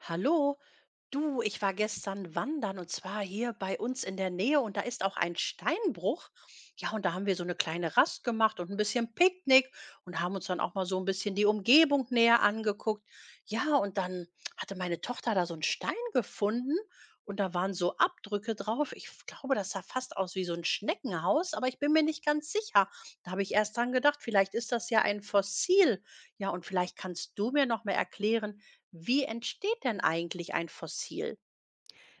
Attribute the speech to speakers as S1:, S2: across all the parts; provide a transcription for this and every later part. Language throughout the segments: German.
S1: Hallo, du, ich war gestern wandern und zwar hier bei uns in der Nähe und da ist auch ein Steinbruch. Ja, und da haben wir so eine kleine Rast gemacht und ein bisschen Picknick und haben uns dann auch mal so ein bisschen die Umgebung näher angeguckt. Ja, und dann hatte meine Tochter da so einen Stein gefunden und da waren so Abdrücke drauf. Ich glaube, das sah fast aus wie so ein Schneckenhaus, aber ich bin mir nicht ganz sicher. Da habe ich erst dran gedacht, vielleicht ist das ja ein Fossil. Ja, und vielleicht kannst du mir noch mal erklären, wie entsteht denn eigentlich ein Fossil?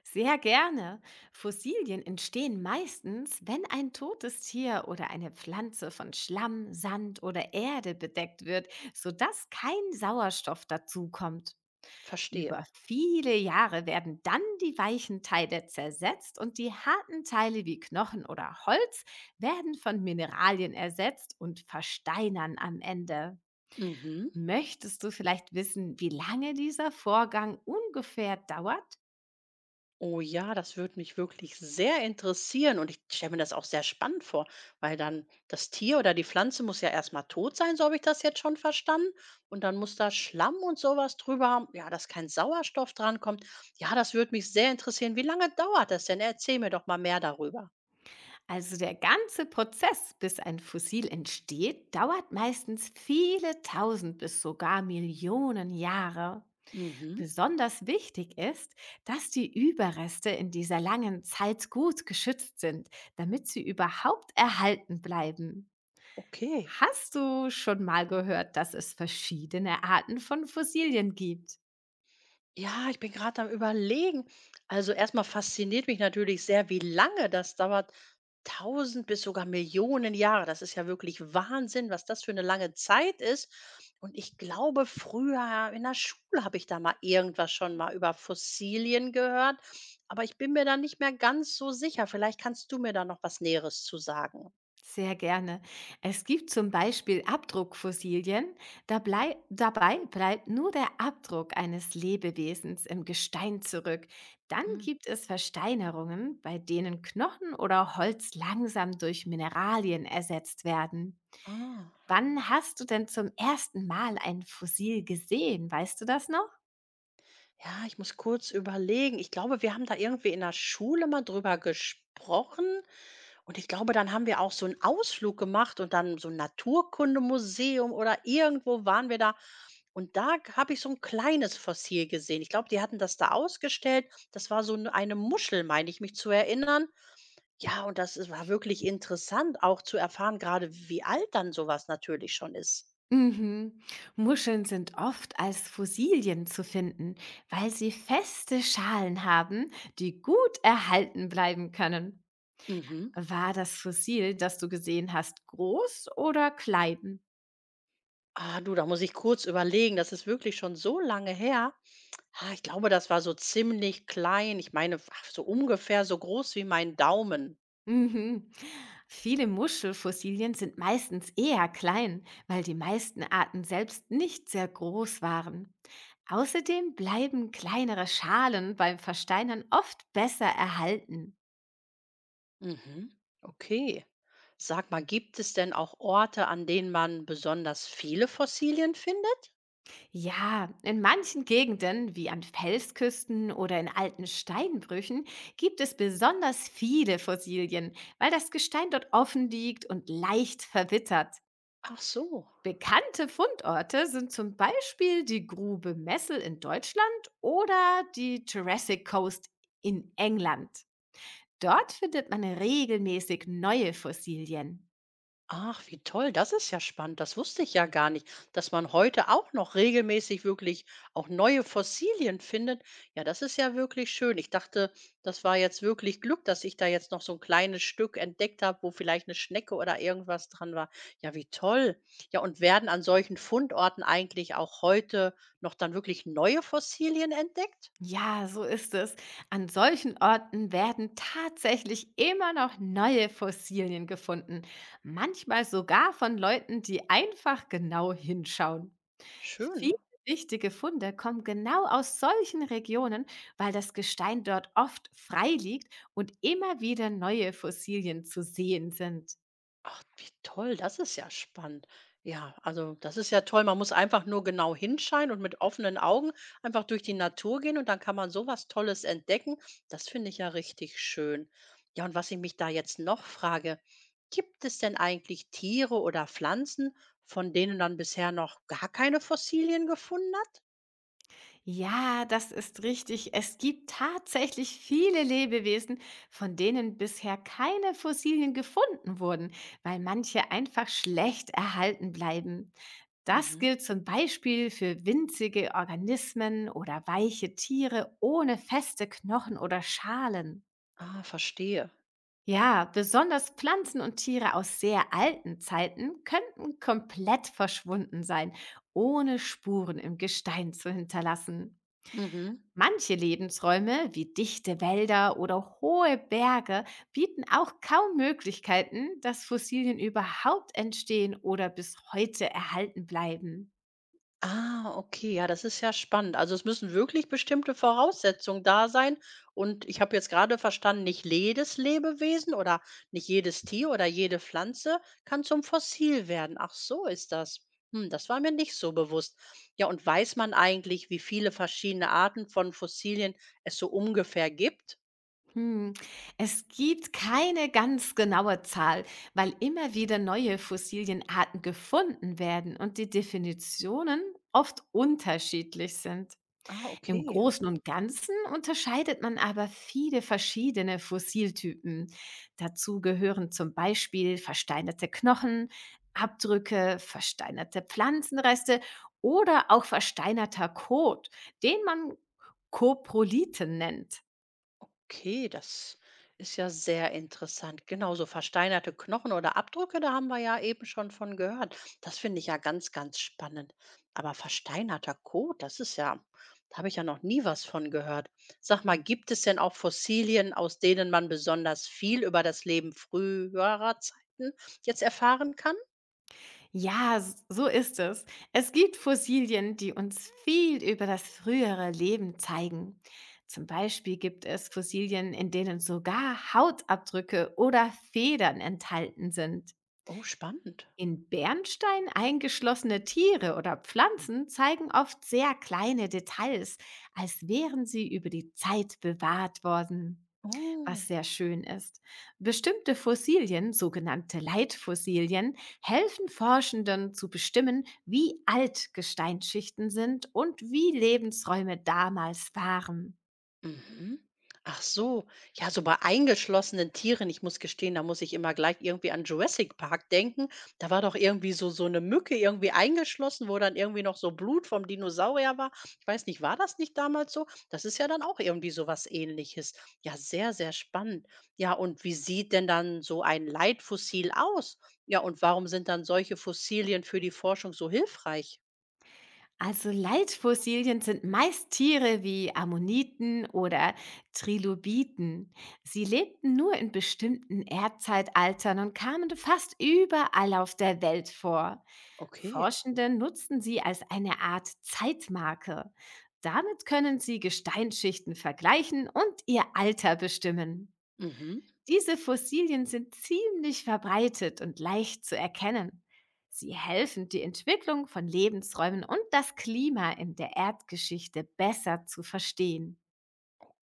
S2: Sehr gerne. Fossilien entstehen meistens, wenn ein totes Tier oder eine Pflanze von Schlamm, Sand oder Erde bedeckt wird, sodass kein Sauerstoff dazukommt.
S1: Verstehe.
S2: Über viele Jahre werden dann die weichen Teile zersetzt und die harten Teile wie Knochen oder Holz werden von Mineralien ersetzt und versteinern am Ende.
S1: Mhm.
S2: Möchtest du vielleicht wissen, wie lange dieser Vorgang ungefähr dauert?
S1: Oh ja, das würde mich wirklich sehr interessieren und ich stelle mir das auch sehr spannend vor, weil dann das Tier oder die Pflanze muss ja erstmal tot sein, so habe ich das jetzt schon verstanden. Und dann muss da Schlamm und sowas drüber, ja, dass kein Sauerstoff drankommt. Ja, das würde mich sehr interessieren. Wie lange dauert das denn? Erzähl mir doch mal mehr darüber.
S2: Also der ganze Prozess, bis ein Fossil entsteht, dauert meistens viele tausend bis sogar Millionen Jahre.
S1: Mhm.
S2: Besonders wichtig ist, dass die Überreste in dieser langen Zeit gut geschützt sind, damit sie überhaupt erhalten bleiben.
S1: Okay.
S2: Hast du schon mal gehört, dass es verschiedene Arten von Fossilien gibt?
S1: Ja, ich bin gerade am Überlegen. Also erstmal fasziniert mich natürlich sehr, wie lange das dauert. Tausend bis sogar Millionen Jahre. Das ist ja wirklich Wahnsinn, was das für eine lange Zeit ist. Und ich glaube, früher in der Schule habe ich da mal irgendwas schon mal über Fossilien gehört, aber ich bin mir da nicht mehr ganz so sicher. Vielleicht kannst du mir da noch was Näheres zu sagen.
S2: Sehr gerne. Es gibt zum Beispiel Abdruckfossilien. Dabei bleibt nur der Abdruck eines Lebewesens im Gestein zurück. Dann
S1: Mhm.
S2: gibt es Versteinerungen, bei denen Knochen oder Holz langsam durch Mineralien ersetzt werden.
S1: Ah,
S2: Wann hast du denn zum ersten Mal ein Fossil gesehen? Weißt du das noch?
S1: ja, ich muss kurz überlegen. Ich glaube, wir haben da irgendwie in der Schule mal drüber gesprochen, und ich glaube, dann haben wir auch so einen Ausflug gemacht und dann so ein Naturkundemuseum oder irgendwo waren wir da. Und da habe ich so ein kleines Fossil gesehen. Ich glaube, die hatten das da ausgestellt. Das war so eine Muschel, meine ich mich zu erinnern. Ja, und das ist war wirklich interessant, auch zu erfahren, gerade wie alt dann sowas natürlich schon ist.
S2: Mhm. Muscheln sind oft als Fossilien zu finden, weil sie feste Schalen haben, die gut erhalten bleiben können.
S1: Mhm.
S2: War das Fossil, das du gesehen hast, groß oder klein?
S1: Ah, du, da muss ich kurz überlegen. Das ist wirklich schon so lange her. Ah, ich glaube, das war so ziemlich klein. Ich meine, ach, so ungefähr so groß wie mein Daumen.
S2: Mhm. Viele Muschelfossilien sind meistens eher klein, weil die meisten Arten selbst nicht sehr groß waren. Außerdem bleiben kleinere Schalen beim Versteinern oft besser erhalten.
S1: Mhm. Okay. Sag mal, gibt es denn auch Orte, an denen man besonders viele Fossilien findet?
S2: Ja, in manchen Gegenden, wie an Felsküsten oder in alten Steinbrüchen, gibt es besonders viele Fossilien, weil das Gestein dort offen liegt und leicht verwittert.
S1: Ach so.
S2: Bekannte Fundorte sind zum Beispiel die Grube Messel in Deutschland oder die Jurassic Coast in England. Dort findet man regelmäßig neue Fossilien.
S1: Ach, wie toll, das ist ja spannend. Das wusste ich ja gar nicht, dass man heute auch noch regelmäßig wirklich auch neue Fossilien findet. Ja, das ist ja wirklich schön. Ich dachte, das war jetzt wirklich Glück, dass ich da jetzt noch so ein kleines Stück entdeckt habe, wo vielleicht eine Schnecke oder irgendwas dran war. Ja, wie toll. Ja, und werden an solchen Fundorten eigentlich auch heute noch dann wirklich neue Fossilien entdeckt?
S2: Ja, so ist es. An solchen Orten werden tatsächlich immer noch neue Fossilien gefunden, manchmal sogar von Leuten, die einfach genau hinschauen.
S1: Schön.
S2: Viele wichtige Funde kommen genau aus solchen Regionen, weil das Gestein dort oft frei liegt und immer wieder neue Fossilien zu sehen sind.
S1: Ach, wie toll, das ist ja spannend. Ja, also das ist ja toll. Man muss einfach nur genau hinscheinen und mit offenen Augen einfach durch die Natur gehen und dann kann man so was Tolles entdecken. Das finde ich ja richtig schön. Ja, und was ich mich da jetzt noch frage, gibt es denn eigentlich Tiere oder Pflanzen, von denen dann bisher noch gar keine Fossilien gefunden hat?
S2: Ja, das ist richtig. Es gibt tatsächlich viele Lebewesen, von denen bisher keine Fossilien gefunden wurden, weil manche einfach schlecht erhalten bleiben. Das
S1: Mhm.
S2: gilt zum Beispiel für winzige Organismen oder weiche Tiere ohne feste Knochen oder Schalen.
S1: Ah, verstehe.
S2: Ja, besonders Pflanzen und Tiere aus sehr alten Zeiten könnten komplett verschwunden sein, ohne Spuren im Gestein zu hinterlassen.
S1: Mhm.
S2: Manche Lebensräume wie dichte Wälder oder hohe Berge bieten auch kaum Möglichkeiten, dass Fossilien überhaupt entstehen oder bis heute erhalten bleiben.
S1: Ah, okay, ja, das ist ja spannend. Also es müssen wirklich bestimmte Voraussetzungen da sein. Und ich habe jetzt gerade verstanden, nicht jedes Lebewesen oder nicht jedes Tier oder jede Pflanze kann zum Fossil werden. Ach, so ist das. Hm, das war mir nicht so bewusst. Ja, und weiß man eigentlich, wie viele verschiedene Arten von Fossilien es so ungefähr gibt?
S2: Hm. Es gibt keine ganz genaue Zahl, weil immer wieder neue Fossilienarten gefunden werden und die Definitionen oft unterschiedlich sind.
S1: Ah,
S2: Im
S1: okay.
S2: Großen und Ganzen unterscheidet man aber viele verschiedene Fossiltypen. Dazu gehören zum Beispiel versteinerte Knochen, Abdrücke, versteinerte Pflanzenreste oder auch versteinerter Kot, den man Koprolithen nennt.
S1: Okay, das ist ja sehr interessant. Genau, so versteinerte Knochen oder Abdrücke, da haben wir ja eben schon von gehört. Das finde ich ja ganz, ganz spannend. Aber versteinerter Kot, das ist ja, da habe ich ja noch nie was von gehört. Sag mal, gibt es denn auch Fossilien, aus denen man besonders viel über das Leben früherer Zeiten jetzt erfahren kann?
S2: Ja, so ist es. Es gibt Fossilien, die uns viel über das frühere Leben zeigen. Zum Beispiel gibt es Fossilien, in denen sogar Hautabdrücke oder Federn enthalten sind.
S1: Oh, spannend.
S2: In Bernstein eingeschlossene Tiere oder Pflanzen zeigen oft sehr kleine Details, als wären sie über die Zeit bewahrt worden, was
S1: Oh.
S2: sehr schön ist. Bestimmte Fossilien, sogenannte Leitfossilien, helfen Forschenden zu bestimmen, wie alt Gesteinsschichten sind und wie Lebensräume damals waren.
S1: Mhm. Ach so, ja, so bei eingeschlossenen Tieren, ich muss gestehen, da muss ich immer gleich irgendwie an Jurassic Park denken. Da war doch irgendwie so, so eine Mücke irgendwie eingeschlossen, wo dann irgendwie noch so Blut vom Dinosaurier war. Ich weiß nicht, war das nicht damals so? Das ist ja dann auch irgendwie so was Ähnliches. Ja, sehr, sehr spannend. Ja, und wie sieht denn dann so ein Leitfossil aus? Ja, und warum sind dann solche Fossilien für die Forschung so hilfreich?
S2: Also Leitfossilien sind meist Tiere wie Ammoniten oder Trilobiten. Sie lebten nur in bestimmten Erdzeitaltern und kamen fast überall auf der Welt vor.
S1: Okay.
S2: Forschende nutzten sie als eine Art Zeitmarke. Damit können sie Gesteinsschichten vergleichen und ihr Alter bestimmen.
S1: Mhm.
S2: Diese Fossilien sind ziemlich verbreitet und leicht zu erkennen. Sie helfen, die Entwicklung von Lebensräumen und das Klima in der Erdgeschichte besser zu verstehen.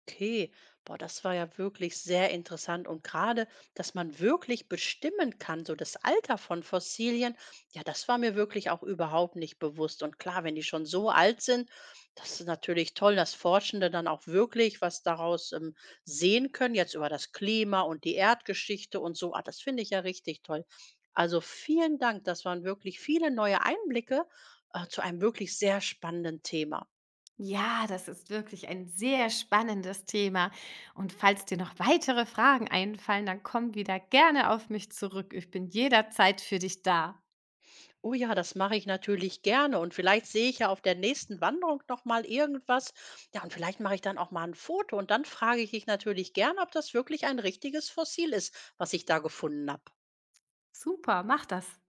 S1: Okay, boah, das war ja wirklich sehr interessant. Und gerade, dass man wirklich bestimmen kann, so das Alter von Fossilien, ja, das war mir wirklich auch überhaupt nicht bewusst. Und klar, wenn die schon so alt sind, das ist natürlich toll, dass Forschende dann auch wirklich was daraus sehen können, jetzt über das Klima und die Erdgeschichte und so. Ah, das finde ich ja richtig toll. Also vielen Dank, das waren wirklich viele neue Einblicke zu einem wirklich sehr spannenden Thema.
S2: Ja, das ist wirklich ein sehr spannendes Thema. Und falls dir noch weitere Fragen einfallen, dann komm wieder gerne auf mich zurück. Ich bin jederzeit für dich da.
S1: Oh ja, das mache ich natürlich gerne und vielleicht sehe ich ja auf der nächsten Wanderung noch mal irgendwas. Ja, und vielleicht mache ich dann auch mal ein Foto und dann frage ich dich natürlich gern, ob das wirklich ein richtiges Fossil ist, was ich da gefunden habe.
S2: Super, mach das.